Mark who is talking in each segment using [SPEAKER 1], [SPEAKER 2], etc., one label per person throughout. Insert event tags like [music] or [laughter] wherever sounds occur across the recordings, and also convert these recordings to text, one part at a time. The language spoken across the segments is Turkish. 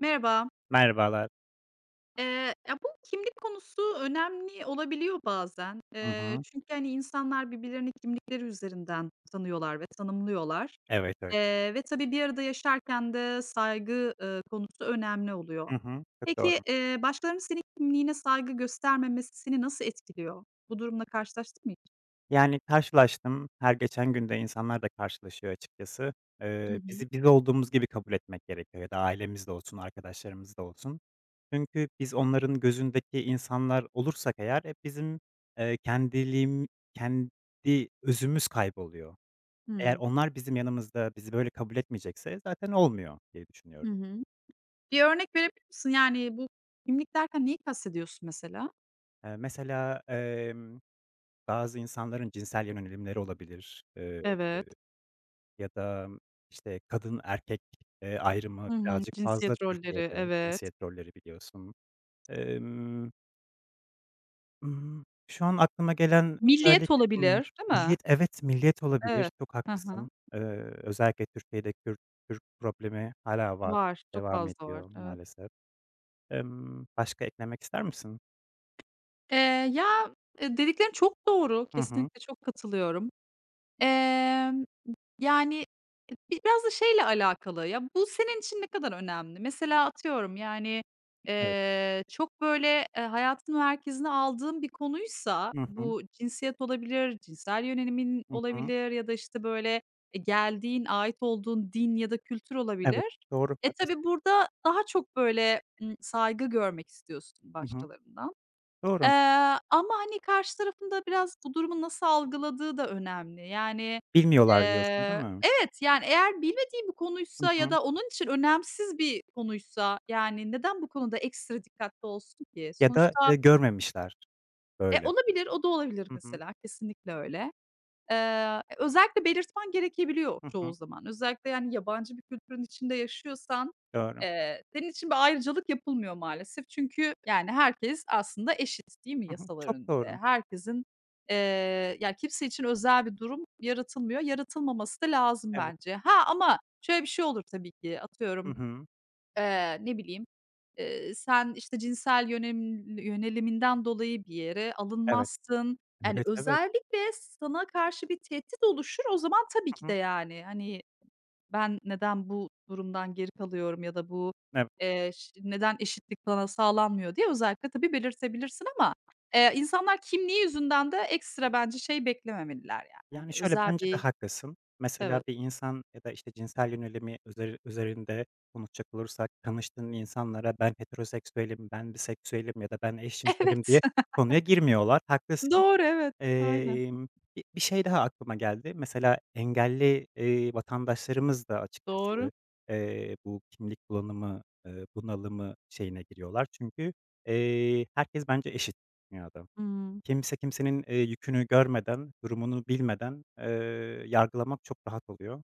[SPEAKER 1] Merhaba.
[SPEAKER 2] Merhabalar.
[SPEAKER 1] Ya, bu kimlik konusu önemli olabiliyor bazen.
[SPEAKER 2] Hı hı.
[SPEAKER 1] Çünkü, hani, insanlar birbirlerini kimlikleri üzerinden tanıyorlar ve tanımlıyorlar.
[SPEAKER 2] Evet, öyle.
[SPEAKER 1] Ve tabii bir arada yaşarken de saygı konusu önemli oluyor.
[SPEAKER 2] Hı hı. Çok
[SPEAKER 1] Peki,
[SPEAKER 2] doğru.
[SPEAKER 1] başkalarının senin kimliğine saygı göstermemesi seni nasıl etkiliyor? Bu durumla karşılaştın mı hiç?
[SPEAKER 2] Yani, karşılaştım. Her geçen günde insanlar da karşılaşıyor açıkçası.
[SPEAKER 1] Hı hı.
[SPEAKER 2] Bizi biz olduğumuz gibi kabul etmek gerekiyor ya da ailemiz de olsun, arkadaşlarımız da olsun. Çünkü biz onların gözündeki insanlar olursak eğer hep bizim eee, kendiliğim kendi özümüz kayboluyor. Eğer
[SPEAKER 1] Hıı.
[SPEAKER 2] onlar bizim yanımızda bizi böyle kabul etmeyecekse zaten olmuyor diye
[SPEAKER 1] Hı
[SPEAKER 2] düşünüyorum.
[SPEAKER 1] hı. Bir örnek verebilir misin? Yani, bu kimlik derken neyi kastediyorsun mesela?
[SPEAKER 2] Mesela, bazı insanların cinsel yönelimleri olabilir.
[SPEAKER 1] Evet.
[SPEAKER 2] Ya da, işte, kadın erkek ayrımı
[SPEAKER 1] Hı hı.
[SPEAKER 2] birazcık fazla
[SPEAKER 1] Cinsiyet rolleri,
[SPEAKER 2] Türkiye'de
[SPEAKER 1] evet.
[SPEAKER 2] cinsiyet rolleri biliyorsun. Emm, Şu an aklıma gelen
[SPEAKER 1] Milliyet
[SPEAKER 2] özellikle
[SPEAKER 1] olabilir,
[SPEAKER 2] bunlar.
[SPEAKER 1] değil mi?
[SPEAKER 2] Milliyet, evet, milliyet olabilir,
[SPEAKER 1] Evet.
[SPEAKER 2] çok
[SPEAKER 1] Hı hı.
[SPEAKER 2] haklısın. Özellikle Türkiye'de Kürt Türk problemi hala var,
[SPEAKER 1] Var, çok
[SPEAKER 2] devam
[SPEAKER 1] fazla var.
[SPEAKER 2] ediyor
[SPEAKER 1] Evet.
[SPEAKER 2] maalesef. Başka eklemek ister misin?
[SPEAKER 1] Eee, Ya, dediklerin çok doğru.
[SPEAKER 2] Hı hı,
[SPEAKER 1] Kesinlikle çok katılıyorum. Emm Yani, biraz da şeyle alakalı, ya, bu senin için ne kadar önemli? Mesela atıyorum, yani,
[SPEAKER 2] evet.
[SPEAKER 1] çok böyle, hayatın merkezine aldığın bir konuysa
[SPEAKER 2] Hı hı,
[SPEAKER 1] bu cinsiyet olabilir, cinsel yönelimin
[SPEAKER 2] hı hı.
[SPEAKER 1] olabilir ya da, işte, böyle, geldiğin, ait olduğun din ya da kültür
[SPEAKER 2] Evet,
[SPEAKER 1] olabilir.
[SPEAKER 2] doğru, haklısın.
[SPEAKER 1] Tabii burada daha çok böyle saygı görmek istiyorsun
[SPEAKER 2] Hı hı,
[SPEAKER 1] başkalarından. Eee,
[SPEAKER 2] doğru.
[SPEAKER 1] Ama, hani, karşı tarafın da biraz bu durumu nasıl algıladığı da önemli. Yani,
[SPEAKER 2] Bilmiyorlar diyorsun, değil mi?
[SPEAKER 1] evet, yani, eğer bilmediği bir
[SPEAKER 2] Hı
[SPEAKER 1] konuysa ya
[SPEAKER 2] hı.
[SPEAKER 1] da onun için önemsiz bir konuysa, yani, neden bu konuda ekstra dikkatli olsun ki?
[SPEAKER 2] Ya da,
[SPEAKER 1] Sonuçta,
[SPEAKER 2] görmemişler, böyle.
[SPEAKER 1] olabilir, o da olabilir
[SPEAKER 2] Hı hı.
[SPEAKER 1] mesela. Kesinlikle öyle. Özellikle belirtmen gerekebiliyor
[SPEAKER 2] Hı
[SPEAKER 1] çoğu
[SPEAKER 2] hı.
[SPEAKER 1] zaman. Özellikle, yani, yabancı bir kültürün içinde yaşıyorsan,
[SPEAKER 2] Doğru.
[SPEAKER 1] senin için bir ayrıcalık yapılmıyor maalesef. Çünkü, yani, herkes aslında eşit değil mi
[SPEAKER 2] Hı hı.
[SPEAKER 1] yasalar
[SPEAKER 2] Çok
[SPEAKER 1] önünde?
[SPEAKER 2] doğru.
[SPEAKER 1] Herkesin, eee, ya, kimse için özel bir durum yaratılmıyor. Yaratılmaması da lazım
[SPEAKER 2] Evet.
[SPEAKER 1] bence. Ha, ama şöyle bir şey olur tabii ki,
[SPEAKER 2] Hı
[SPEAKER 1] atıyorum.
[SPEAKER 2] hı.
[SPEAKER 1] Ne bileyim, sen, işte, cinsel yönem yöneliminden dolayı bir yere
[SPEAKER 2] Evet.
[SPEAKER 1] alınmazsın. Yani,
[SPEAKER 2] Evet, evet.
[SPEAKER 1] özellikle sana karşı bir tehdit oluşur. O zaman tabii ki
[SPEAKER 2] Hı
[SPEAKER 1] de,
[SPEAKER 2] hı.
[SPEAKER 1] yani, hani, ben neden bu durumdan geri kalıyorum ya da bu,
[SPEAKER 2] Evet.
[SPEAKER 1] ş neden eşitlik bana sağlanmıyor diye özellikle tabii belirtebilirsin ama, insanlar kimliği yüzünden de ekstra bence şey beklememeliler, yani. Hani,
[SPEAKER 2] Yani, şöyle,
[SPEAKER 1] özel
[SPEAKER 2] bence de
[SPEAKER 1] bir.
[SPEAKER 2] haklısın. Mesela
[SPEAKER 1] Evet.
[SPEAKER 2] bir insan ya da, işte, cinsel yönelimi üzerinde konuşacak olursak tanıştığın insanlara ben heteroseksüelim, ben biseksüelim ya da ben
[SPEAKER 1] [laughs]
[SPEAKER 2] eşcinselim
[SPEAKER 1] Evet.
[SPEAKER 2] diye konuya girmiyorlar. Haklısın.
[SPEAKER 1] Doğru, evet. Aynen.
[SPEAKER 2] Emm, bi Bir şey daha aklıma geldi. Mesela engelli, vatandaşlarımız da
[SPEAKER 1] Doğru.
[SPEAKER 2] açıkçası, bu kimlik bunalımı şeyine giriyorlar. Çünkü, herkes bence eşit dünyada.
[SPEAKER 1] Hımm.
[SPEAKER 2] Kimse kimsenin yükünü görmeden, durumunu bilmeden, yargılamak çok rahat oluyor.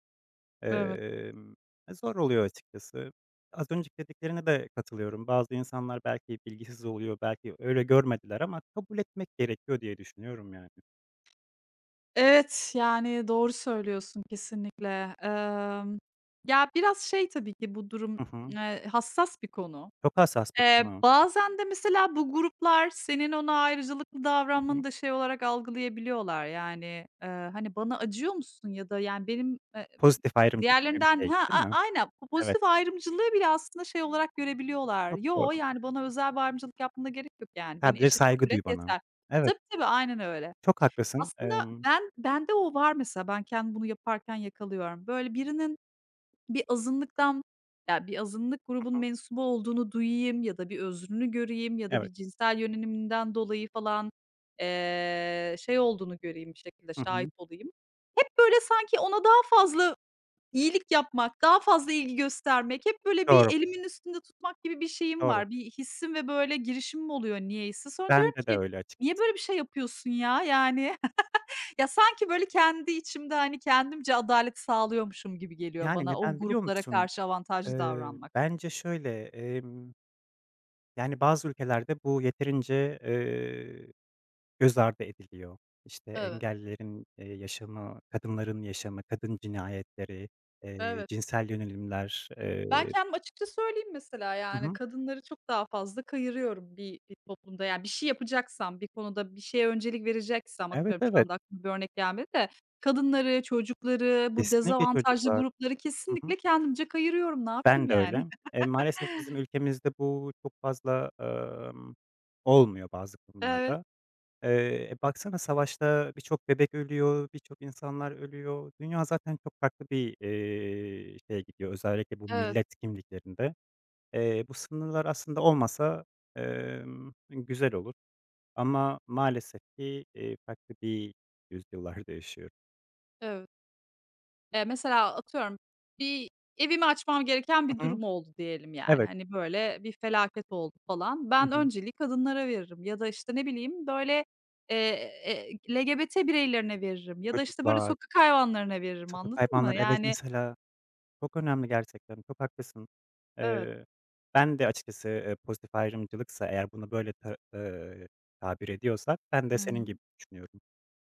[SPEAKER 1] Evet.
[SPEAKER 2] Emm, Zor oluyor açıkçası. Az önceki dediklerine de katılıyorum. Bazı insanlar belki bilgisiz oluyor, belki öyle görmediler ama kabul etmek gerekiyor diye düşünüyorum yani.
[SPEAKER 1] Evet, yani doğru söylüyorsun kesinlikle. Ya, biraz şey tabii ki bu durum,
[SPEAKER 2] Hı hı.
[SPEAKER 1] hassas bir konu.
[SPEAKER 2] Çok hassas bir konu.
[SPEAKER 1] Bazen de mesela bu gruplar senin ona ayrıcalıklı
[SPEAKER 2] Hı hı.
[SPEAKER 1] davranmanı da şey olarak algılayabiliyorlar. Yani, eee, hani, "Bana acıyor musun?" ya da, yani, benim,
[SPEAKER 2] Pozitif ayrımcılık gibi bir
[SPEAKER 1] diğerlerinden.
[SPEAKER 2] şey,
[SPEAKER 1] Ha,
[SPEAKER 2] değil mi?
[SPEAKER 1] aynen,
[SPEAKER 2] Evet,
[SPEAKER 1] pozitif ayrımcılığı bile aslında şey olarak görebiliyorlar.
[SPEAKER 2] çok
[SPEAKER 1] "Yo,
[SPEAKER 2] doğru.
[SPEAKER 1] yani, bana özel bir ayrımcılık yapmana gerek yok, yani, beni
[SPEAKER 2] Sadece
[SPEAKER 1] eşit kabul
[SPEAKER 2] saygı duy
[SPEAKER 1] et
[SPEAKER 2] bana.
[SPEAKER 1] yeter."
[SPEAKER 2] Evet,
[SPEAKER 1] Tabii, tabii, aynen öyle.
[SPEAKER 2] çok haklısın.
[SPEAKER 1] Aslında ben bende o var mesela. Ben kendim bunu yaparken yakalıyorum. Böyle birinin bir azınlıktan bir azınlık grubun
[SPEAKER 2] Hı hı,
[SPEAKER 1] mensubu olduğunu duyayım ya da bir özrünü göreyim ya da bir
[SPEAKER 2] evet,
[SPEAKER 1] cinsel yöneliminden dolayı falan, şey olduğunu göreyim, bir şekilde
[SPEAKER 2] hı
[SPEAKER 1] şahit
[SPEAKER 2] hı.
[SPEAKER 1] olayım. Hep böyle sanki ona daha fazla iyilik yapmak, daha fazla ilgi göstermek, hep böyle bir
[SPEAKER 2] Doğru,
[SPEAKER 1] elimin üstünde tutmak gibi bir şeyim
[SPEAKER 2] doğru.
[SPEAKER 1] var. Bir hissim ve böyle girişimim oluyor niyeyse. Sonra diyorum
[SPEAKER 2] Bende de
[SPEAKER 1] ki,
[SPEAKER 2] öyle
[SPEAKER 1] "Niye
[SPEAKER 2] açıkçası.
[SPEAKER 1] böyle bir şey yapıyorsun ya?" yani. Ya, sanki böyle kendi içimde, hani, kendimce adalet sağlıyormuşum gibi geliyor
[SPEAKER 2] Yani,
[SPEAKER 1] bana o
[SPEAKER 2] neden biliyor
[SPEAKER 1] gruplara
[SPEAKER 2] musun?
[SPEAKER 1] karşı avantajlı davranmak.
[SPEAKER 2] Bence şöyle, yani, bazı ülkelerde bu yeterince göz ardı ediliyor. İşte,
[SPEAKER 1] Evet,
[SPEAKER 2] engellilerin yaşamı, kadınların yaşamı, kadın cinayetleri,
[SPEAKER 1] evet.
[SPEAKER 2] cinsel yönelimler.
[SPEAKER 1] Ben kendim açıkça söyleyeyim mesela,
[SPEAKER 2] Hı
[SPEAKER 1] yani,
[SPEAKER 2] hı.
[SPEAKER 1] kadınları çok daha fazla kayırıyorum bir toplumda. Yani, bir şey yapacaksam, bir konuda bir şeye öncelik vereceksem,
[SPEAKER 2] Evet,
[SPEAKER 1] atıyorum şu
[SPEAKER 2] evet.
[SPEAKER 1] anda aklıma bir örnek gelmedi de, kadınları, çocukları, bu
[SPEAKER 2] Kesinlikle
[SPEAKER 1] dezavantajlı
[SPEAKER 2] çocuklar.
[SPEAKER 1] grupları
[SPEAKER 2] Hı hı.
[SPEAKER 1] kesinlikle kendimce kayırıyorum. Ne yapayım
[SPEAKER 2] Ben de
[SPEAKER 1] yani?
[SPEAKER 2] öyle.
[SPEAKER 1] [laughs]
[SPEAKER 2] Maalesef bizim ülkemizde bu çok fazla olmuyor bazı
[SPEAKER 1] Evet,
[SPEAKER 2] konularda. Baksana, savaşta birçok bebek ölüyor, birçok insanlar ölüyor. Dünya zaten çok farklı bir şeye gidiyor, özellikle bu
[SPEAKER 1] evet,
[SPEAKER 2] millet kimliklerinde. Bu sınırlar aslında olmasa güzel olur ama maalesef ki farklı bir yüzyıllarda yaşıyoruz.
[SPEAKER 1] evet. Mesela atıyorum bir evimi açmam gereken bir
[SPEAKER 2] Hı hı.
[SPEAKER 1] durum oldu diyelim yani.
[SPEAKER 2] Evet.
[SPEAKER 1] Hani, böyle bir felaket oldu falan.
[SPEAKER 2] Hı
[SPEAKER 1] Ben
[SPEAKER 2] hı.
[SPEAKER 1] önceliği kadınlara veririm ya da, işte, ne bileyim, böyle, LGBT bireylerine veririm ya da, işte, böyle
[SPEAKER 2] Çocuklar,
[SPEAKER 1] sokak hayvanlarına veririm,
[SPEAKER 2] sokak
[SPEAKER 1] anladın mı?
[SPEAKER 2] hayvanları. Evet,
[SPEAKER 1] Yani.
[SPEAKER 2] mesela, çok önemli gerçekten, çok haklısın.
[SPEAKER 1] Evet.
[SPEAKER 2] Eee, Ben de açıkçası, pozitif ayrımcılıksa eğer bunu böyle ta tabir ediyorsak ben
[SPEAKER 1] Hı
[SPEAKER 2] de senin
[SPEAKER 1] hı.
[SPEAKER 2] gibi düşünüyorum.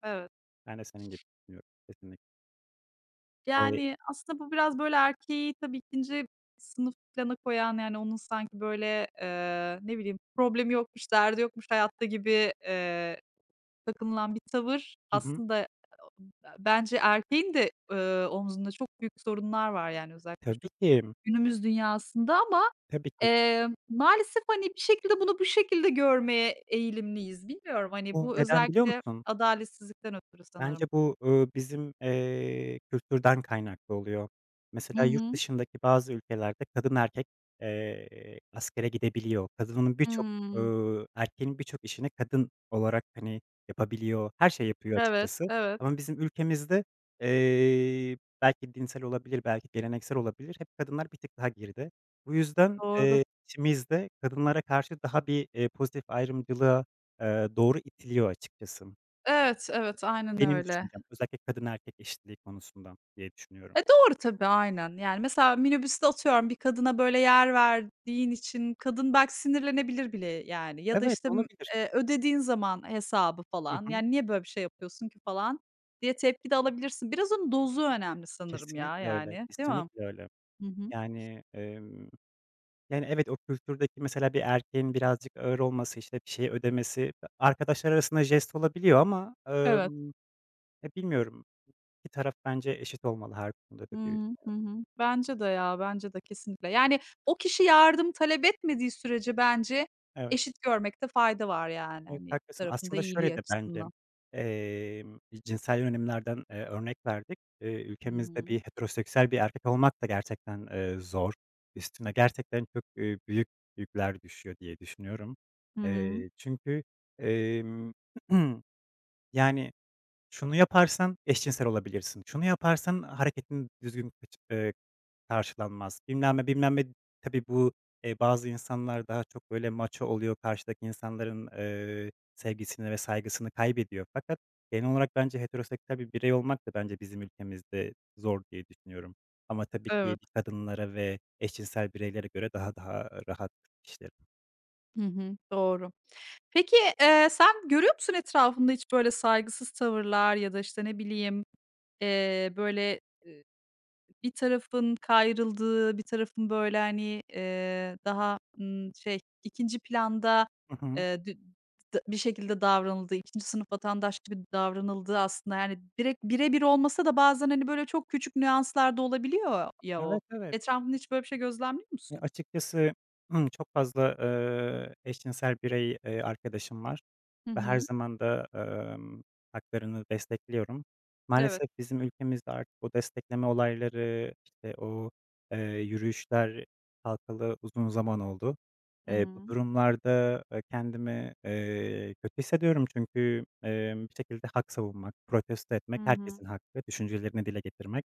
[SPEAKER 1] Evet.
[SPEAKER 2] Ben de senin gibi düşünüyorum kesinlikle. Eee
[SPEAKER 1] Yani aslında bu biraz böyle erkeği tabii ikinci sınıf plana koyan, yani onun sanki böyle, ne bileyim, problemi yokmuş, derdi yokmuş hayatta gibi, takınılan bir tavır
[SPEAKER 2] Hı hı.
[SPEAKER 1] aslında bence erkeğin de, omzunda çok büyük sorunlar var yani özellikle şu
[SPEAKER 2] Tabii ki,
[SPEAKER 1] günümüz dünyasında ama,
[SPEAKER 2] tabii ki.
[SPEAKER 1] maalesef, hani, bir şekilde bunu bu şekilde görmeye eğilimliyiz. Bilmiyorum, hani,
[SPEAKER 2] Bu
[SPEAKER 1] bu
[SPEAKER 2] neden biliyor
[SPEAKER 1] özellikle
[SPEAKER 2] musun?
[SPEAKER 1] adaletsizlikten ötürü
[SPEAKER 2] Bence
[SPEAKER 1] sanırım.
[SPEAKER 2] bu bizim kültürden kaynaklı oluyor.
[SPEAKER 1] Hı
[SPEAKER 2] Mesela yurt
[SPEAKER 1] hı.
[SPEAKER 2] dışındaki bazı ülkelerde kadın erkek askere gidebiliyor.
[SPEAKER 1] Hımm.
[SPEAKER 2] Erkeğin birçok işini kadın olarak, hani, yapabiliyor. Her şeyi yapıyor
[SPEAKER 1] Evet,
[SPEAKER 2] açıkçası.
[SPEAKER 1] evet,
[SPEAKER 2] Ama bizim ülkemizde belki dinsel olabilir, belki geleneksel olabilir, hep kadınlar bir tık daha geride. Bu yüzden
[SPEAKER 1] doğru.
[SPEAKER 2] içimizde kadınlara karşı daha bir pozitif ayrımcılığa doğru itiliyor açıkçası.
[SPEAKER 1] Evet, evet, aynen
[SPEAKER 2] Benim
[SPEAKER 1] öyle.
[SPEAKER 2] düşüncem, özellikle kadın erkek eşitliği konusunda diye düşünüyorum.
[SPEAKER 1] Doğru tabii, aynen. Yani, mesela minibüste atıyorum bir kadına böyle yer verdiğin için kadın belki sinirlenebilir bile, yani, ya da,
[SPEAKER 2] Evet,
[SPEAKER 1] işte, m
[SPEAKER 2] olabilir.
[SPEAKER 1] ödediğin zaman hesabı
[SPEAKER 2] Hı
[SPEAKER 1] falan,
[SPEAKER 2] hı.
[SPEAKER 1] yani, "Niye böyle bir şey yapıyorsun ki?" falan diye tepki de alabilirsin. Biraz onun dozu önemli sanırım ya,
[SPEAKER 2] Kesinlikle öyle,
[SPEAKER 1] yani, değil mi?
[SPEAKER 2] kesinlikle öyle.
[SPEAKER 1] Hı hı.
[SPEAKER 2] Yani, yani, evet, o kültürdeki mesela bir erkeğin birazcık ağır olması, işte, bir şeyi ödemesi arkadaşlar arasında jest olabiliyor ama,
[SPEAKER 1] Evet.
[SPEAKER 2] ya, bilmiyorum. 2 taraf bence eşit olmalı her konuda
[SPEAKER 1] Hı
[SPEAKER 2] da değil.
[SPEAKER 1] hı. Hı hı. Bence de ya, bence de kesinlikle. Yani, o kişi yardım talep etmediği sürece bence
[SPEAKER 2] Evet.
[SPEAKER 1] eşit görmekte fayda var, yani,
[SPEAKER 2] Evet,
[SPEAKER 1] hani, iki
[SPEAKER 2] haklısın.
[SPEAKER 1] tarafın da
[SPEAKER 2] Aslında
[SPEAKER 1] iyiliği
[SPEAKER 2] şöyle de bence,
[SPEAKER 1] açısından.
[SPEAKER 2] emm, cinsel yönelimlerden örnek verdik.
[SPEAKER 1] Hı
[SPEAKER 2] Ülkemizde bir
[SPEAKER 1] hı.
[SPEAKER 2] heteroseksüel bir erkek olmak da gerçekten zor. Üstüne gerçekten çok büyük yükler düşüyor diye düşünüyorum.
[SPEAKER 1] Hı hı.
[SPEAKER 2] Çünkü, emm, [clears throat] yani şunu yaparsan eşcinsel olabilirsin. Şunu yaparsan hareketin düzgün kaç karşılanmaz. Bilmem ne, bilmem ne. Tabii bu bazı insanlar daha çok böyle maço oluyor, karşıdaki insanların sevgisini ve saygısını kaybediyor. Fakat genel olarak bence heteroseksüel bir birey olmak da bence bizim ülkemizde zor diye düşünüyorum. Ama tabii ki
[SPEAKER 1] Evet.
[SPEAKER 2] bir kadınlara ve eşcinsel bireylere göre daha rahat işlerim.
[SPEAKER 1] Hı hı, doğru. Peki, sen görüyor musun etrafında hiç böyle saygısız tavırlar ya da, işte, ne bileyim, böyle, eee, bir tarafın kayrıldığı, bir tarafın, böyle, hani, daha şey, ikinci planda,
[SPEAKER 2] Hı hı.
[SPEAKER 1] dü d bir şekilde davranıldığı, ikinci sınıf vatandaş gibi davranıldığı aslında, yani, direkt bire bir olmasa da bazen, hani, böyle, çok küçük nüanslarda olabiliyor ya o.
[SPEAKER 2] Evet, evet.
[SPEAKER 1] Etrafında hiç böyle bir şey gözlemliyor
[SPEAKER 2] Ya,
[SPEAKER 1] musun?
[SPEAKER 2] açıkçası [clears throat] çok fazla eşcinsel birey arkadaşım var
[SPEAKER 1] Hı
[SPEAKER 2] ve her
[SPEAKER 1] hı.
[SPEAKER 2] zaman da, haklarını destekliyorum.
[SPEAKER 1] Evet.
[SPEAKER 2] Maalesef bizim ülkemizde artık o destekleme olayları, işte, o yürüyüşler kalkalı uzun zaman oldu.
[SPEAKER 1] Hı
[SPEAKER 2] Bu
[SPEAKER 1] hı.
[SPEAKER 2] durumlarda kendimi kötü hissediyorum çünkü, bir şekilde hak savunmak, protesto
[SPEAKER 1] Hı
[SPEAKER 2] etmek
[SPEAKER 1] hı.
[SPEAKER 2] herkesin hakkı, düşüncelerini dile getirmek.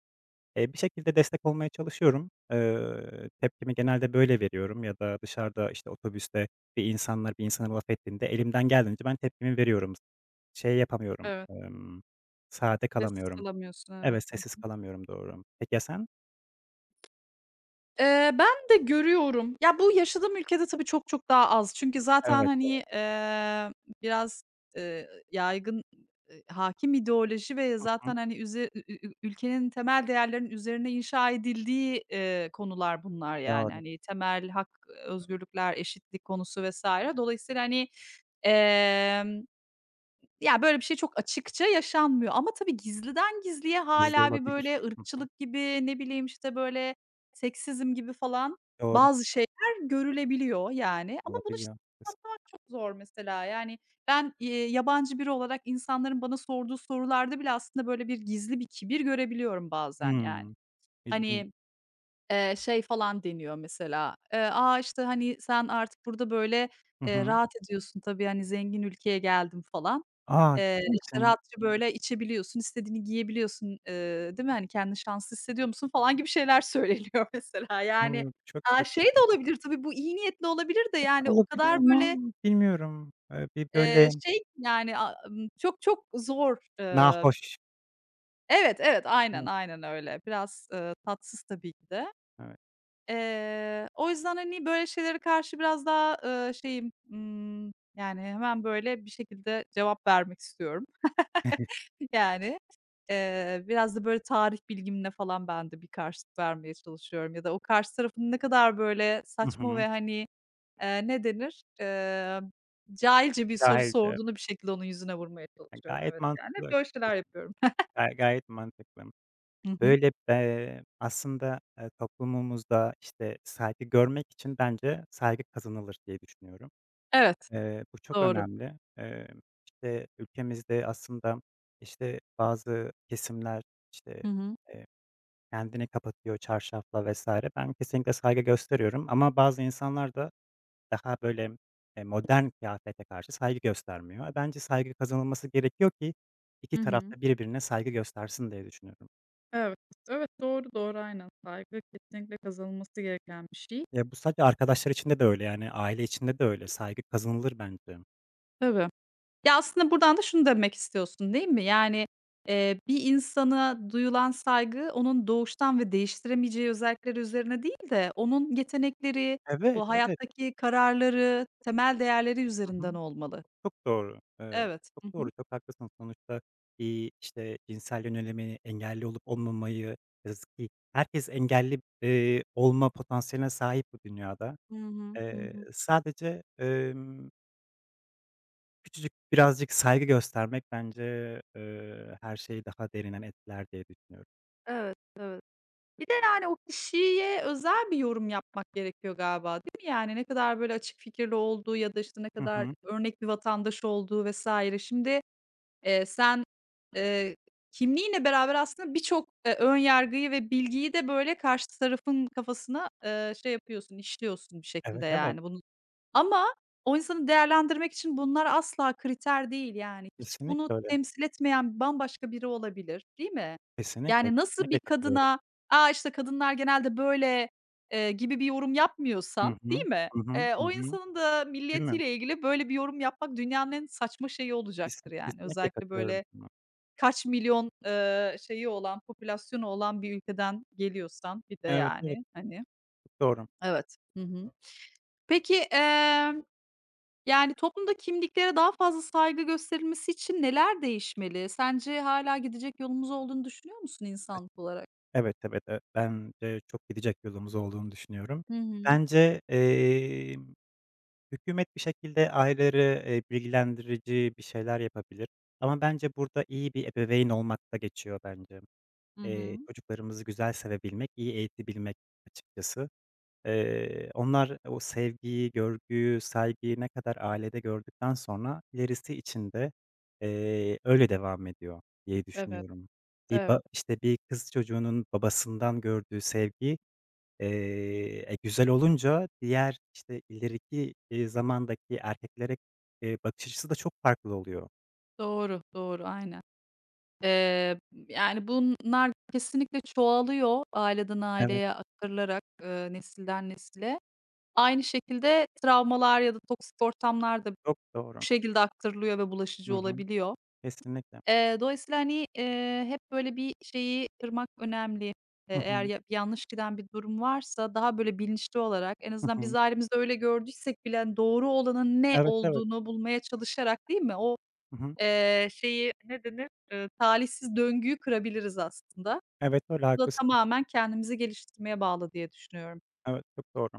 [SPEAKER 2] Bir şekilde destek olmaya çalışıyorum. Tepkimi genelde böyle veriyorum ya da dışarıda, işte, otobüste bir insanlar bir insana laf ettiğinde elimden geldiğince ben tepkimi veriyorum. Şey yapamıyorum,
[SPEAKER 1] Evet.
[SPEAKER 2] sade
[SPEAKER 1] Sessiz
[SPEAKER 2] kalamıyorum.
[SPEAKER 1] kalamıyorsun, evet.
[SPEAKER 2] Evet, sessiz kalamıyorum, doğru. Peki ya sen?
[SPEAKER 1] Ben de görüyorum. Ya, bu yaşadığım ülkede tabii çok çok daha az. Çünkü zaten,
[SPEAKER 2] Evet,
[SPEAKER 1] hani,
[SPEAKER 2] evet.
[SPEAKER 1] biraz, yaygın, hâkim ideoloji ve
[SPEAKER 2] Hı hı,
[SPEAKER 1] zaten, hani, üze ü ü ü ülkenin temel değerlerinin üzerine inşa edildiği, konular bunlar yani.
[SPEAKER 2] doğru.
[SPEAKER 1] Hani, temel hak, özgürlükler, eşitlik konusu vs. Dolayısıyla, hani, emm ya, böyle bir şey çok açıkça yaşanmıyor ama tabii gizliden gizliye
[SPEAKER 2] Bizde
[SPEAKER 1] hâlâ bir
[SPEAKER 2] olabilir.
[SPEAKER 1] böyle
[SPEAKER 2] Hı hı,
[SPEAKER 1] ırkçılık gibi, ne bileyim, işte, böyle seksizm gibi falan
[SPEAKER 2] doğru.
[SPEAKER 1] bazı şeyler görülebiliyor yani ama bunu işte
[SPEAKER 2] Olabiliyor.
[SPEAKER 1] anlatmak çok zor mesela. Yani ben, yabancı biri olarak insanların bana sorduğu sorularda bile aslında böyle bir gizli bir kibir görebiliyorum bazen yani.
[SPEAKER 2] Hımm, ilginç.
[SPEAKER 1] Hani, şey falan deniyor mesela, "A, işte, hani, sen artık burada böyle,
[SPEAKER 2] Hı hı.
[SPEAKER 1] rahat ediyorsun tabii, hani, zengin ülkeye geldin." falan.
[SPEAKER 2] A! Ciddi
[SPEAKER 1] İşte,
[SPEAKER 2] misin?
[SPEAKER 1] rahatça, böyle, içebiliyorsun, istediğini giyebiliyorsun, değil mi? Hani, kendini şanslı hissediyor musun falan gibi şeyler söyleniyor [laughs] mesela. Yani,
[SPEAKER 2] O! Çok kötü,
[SPEAKER 1] şey de
[SPEAKER 2] gerçekten.
[SPEAKER 1] olabilir tabii, bu iyi niyetli olabilir de, yani, o
[SPEAKER 2] Olabilir
[SPEAKER 1] kadar,
[SPEAKER 2] ama
[SPEAKER 1] böyle,
[SPEAKER 2] bilmiyorum. Bir böyle
[SPEAKER 1] şey yani, a çok çok zor.
[SPEAKER 2] nahoş.
[SPEAKER 1] Evet, evet, aynen, aynen öyle. Biraz tatsız tabii ki de.
[SPEAKER 2] Evet.
[SPEAKER 1] O yüzden, hani, böyle şeylere karşı biraz daha şeyim yani, hemen, böyle, bir şekilde cevap vermek istiyorum. [laughs] Yani, biraz da böyle tarih bilgimle falan ben de bir karşılık vermeye çalışıyorum ya da o karşı tarafın ne kadar böyle
[SPEAKER 2] Hı
[SPEAKER 1] saçma
[SPEAKER 2] hı.
[SPEAKER 1] ve, hani, ne denir, cahilce bir soru
[SPEAKER 2] Dahildi, evet.
[SPEAKER 1] sorduğunu bir şekilde onun yüzüne vurmaya
[SPEAKER 2] Ya,
[SPEAKER 1] çalışıyorum.
[SPEAKER 2] gayet
[SPEAKER 1] Evet, yani
[SPEAKER 2] mantıklı
[SPEAKER 1] hep böyle şeyler
[SPEAKER 2] açıkçası.
[SPEAKER 1] yapıyorum.
[SPEAKER 2] Gayet mantıklı.
[SPEAKER 1] Hı hı.
[SPEAKER 2] Böyle aslında toplumumuzda, işte, saygı görmek için bence saygı kazanılır diye düşünüyorum.
[SPEAKER 1] Evet,
[SPEAKER 2] Bu çok
[SPEAKER 1] doğru.
[SPEAKER 2] önemli. İşte, ülkemizde aslında, işte, bazı kesimler, işte,
[SPEAKER 1] Hı hı.
[SPEAKER 2] eee, kendini kapatıyor çarşafla vs. Ben kesinlikle saygı gösteriyorum ama bazı insanlar da daha böyle modern kıyafete karşı saygı göstermiyor. Bence saygı kazanılması gerekiyor ki iki
[SPEAKER 1] Hı hı.
[SPEAKER 2] tarafta birbirine saygı göstersin diye düşünüyorum.
[SPEAKER 1] Evet, evet, doğru, doğru, aynen. Saygı kesinlikle kazanılması gereken bir şey.
[SPEAKER 2] Ya, bu sadece arkadaşlar içinde de öyle, yani, aile içinde de öyle. Saygı kazanılır bence.
[SPEAKER 1] Tabii. Ya, aslında buradan da şunu demek istiyorsun, değil mi? Yani, bir insana duyulan saygı onun doğuştan ve değiştiremeyeceği özellikleri üzerine değil de onun yetenekleri,
[SPEAKER 2] Evet,
[SPEAKER 1] o
[SPEAKER 2] evet.
[SPEAKER 1] hayattaki kararları, temel değerleri
[SPEAKER 2] Hı hı.
[SPEAKER 1] üzerinden olmalı.
[SPEAKER 2] Çok doğru.
[SPEAKER 1] Evet.
[SPEAKER 2] Çok
[SPEAKER 1] Hı hı.
[SPEAKER 2] doğru, çok haklısın. Sonuçta, işte, cinsel yönelimi, engelli olup olmamayı, yazık ki herkes engelli olma potansiyeline sahip bu dünyada.
[SPEAKER 1] Hı hı. Hı hı.
[SPEAKER 2] Sadece, küçücük birazcık saygı göstermek bence her şeyi daha derinden etkiler diye düşünüyorum.
[SPEAKER 1] Evet, evet. Bir de, yani, o kişiye özel bir yorum yapmak gerekiyor galiba, değil mi? Yani, ne kadar böyle açık fikirli olduğu ya da, işte, ne
[SPEAKER 2] Hı
[SPEAKER 1] kadar
[SPEAKER 2] hı.
[SPEAKER 1] örnek bir vatandaş olduğu vs. Şimdi. Sen, eee, kimliğinle beraber aslında birçok, ön yargıyı ve bilgiyi de böyle karşı tarafın kafasına, şey yapıyorsun, işliyorsun bir
[SPEAKER 2] Evet,
[SPEAKER 1] şekilde
[SPEAKER 2] evet.
[SPEAKER 1] yani. Bunu. Ama o insanı değerlendirmek için bunlar asla kriter değil, yani. Hiç bunu
[SPEAKER 2] Kesinlikle öyle.
[SPEAKER 1] temsil etmeyen bambaşka biri olabilir, değil mi?
[SPEAKER 2] Kesinlikle,
[SPEAKER 1] Yani, nasıl bir
[SPEAKER 2] kesinlikle katılıyorum.
[SPEAKER 1] kadına, "A, işte, kadınlar genelde böyle." Gibi bir yorum
[SPEAKER 2] Hı
[SPEAKER 1] yapmıyorsan, değil
[SPEAKER 2] hı.
[SPEAKER 1] mi?
[SPEAKER 2] Hı hı. Hı
[SPEAKER 1] O
[SPEAKER 2] hı.
[SPEAKER 1] insanın da
[SPEAKER 2] Değil mi?
[SPEAKER 1] milliyetiyle ilgili böyle bir yorum yapmak dünyanın en saçma şeyi olacaktır,
[SPEAKER 2] Kesin
[SPEAKER 1] yani.
[SPEAKER 2] kesinlikle
[SPEAKER 1] Özellikle
[SPEAKER 2] katılıyorum
[SPEAKER 1] böyle
[SPEAKER 2] buna.
[SPEAKER 1] kaç milyon, şeyi olan, popülasyonu olan bir ülkeden geliyorsan bir de,
[SPEAKER 2] Evet, evet,
[SPEAKER 1] yani, hani.
[SPEAKER 2] çok doğru.
[SPEAKER 1] Evet. Hı hı. Peki, yani, toplumda kimliklere daha fazla saygı gösterilmesi için neler değişmeli? Sence hâlâ gidecek yolumuz olduğunu düşünüyor musun
[SPEAKER 2] E
[SPEAKER 1] insanlık olarak?
[SPEAKER 2] Evet, evet, evet. Ben de çok gidecek yolumuz olduğunu düşünüyorum.
[SPEAKER 1] Hı hı.
[SPEAKER 2] Bence, hükümet bir şekilde aileleri bilgilendirici bir şeyler yapabilir ama bence burada iyi bir ebeveyn olmak da geçiyor bence.
[SPEAKER 1] Hı hı.
[SPEAKER 2] Çocuklarımızı güzel sevebilmek, iyi eğitebilmek açıkçası. Onlar o sevgiyi, görgüyü, saygıyı ne kadar ailede gördükten sonra ilerisi için de öyle devam ediyor diye
[SPEAKER 1] Evet,
[SPEAKER 2] düşünüyorum. Bir
[SPEAKER 1] evet.
[SPEAKER 2] ba işte, bir kız çocuğunun babasından gördüğü sevgi güzel olunca diğer, işte, ileriki zamandaki erkeklere bakış açısı da çok farklı oluyor.
[SPEAKER 1] Doğru, doğru. Aynen. Eee, Yani, bunlar kesinlikle çoğalıyor aileden
[SPEAKER 2] Evet,
[SPEAKER 1] aileye aktarılarak, nesilden nesile. Aynı şekilde travmalar ya da toksik ortamlar da bu
[SPEAKER 2] çok doğru.
[SPEAKER 1] şekilde aktarılıyor ve
[SPEAKER 2] Hı
[SPEAKER 1] bulaşıcı
[SPEAKER 2] hı.
[SPEAKER 1] olabiliyor.
[SPEAKER 2] Kesinlikle.
[SPEAKER 1] Dolayısıyla, hani, hep böyle bir şeyi kırmak önemli.
[SPEAKER 2] Hı
[SPEAKER 1] Eğer
[SPEAKER 2] hı.
[SPEAKER 1] ya yanlış giden bir durum varsa daha böyle bilinçli olarak en
[SPEAKER 2] Hı
[SPEAKER 1] azından biz
[SPEAKER 2] hı.
[SPEAKER 1] ailemizde öyle gördüysek bile, hani, doğru olanın ne
[SPEAKER 2] Evet, evet.
[SPEAKER 1] olduğunu bulmaya çalışarak, değil mi? O,
[SPEAKER 2] Hı hı.
[SPEAKER 1] şeyi ne denir? Talihsiz döngüyü kırabiliriz aslında.
[SPEAKER 2] Evet, öyle,
[SPEAKER 1] Bu da
[SPEAKER 2] haklısın.
[SPEAKER 1] tamamen kendimizi geliştirmeye bağlı diye düşünüyorum.
[SPEAKER 2] Evet, çok doğru.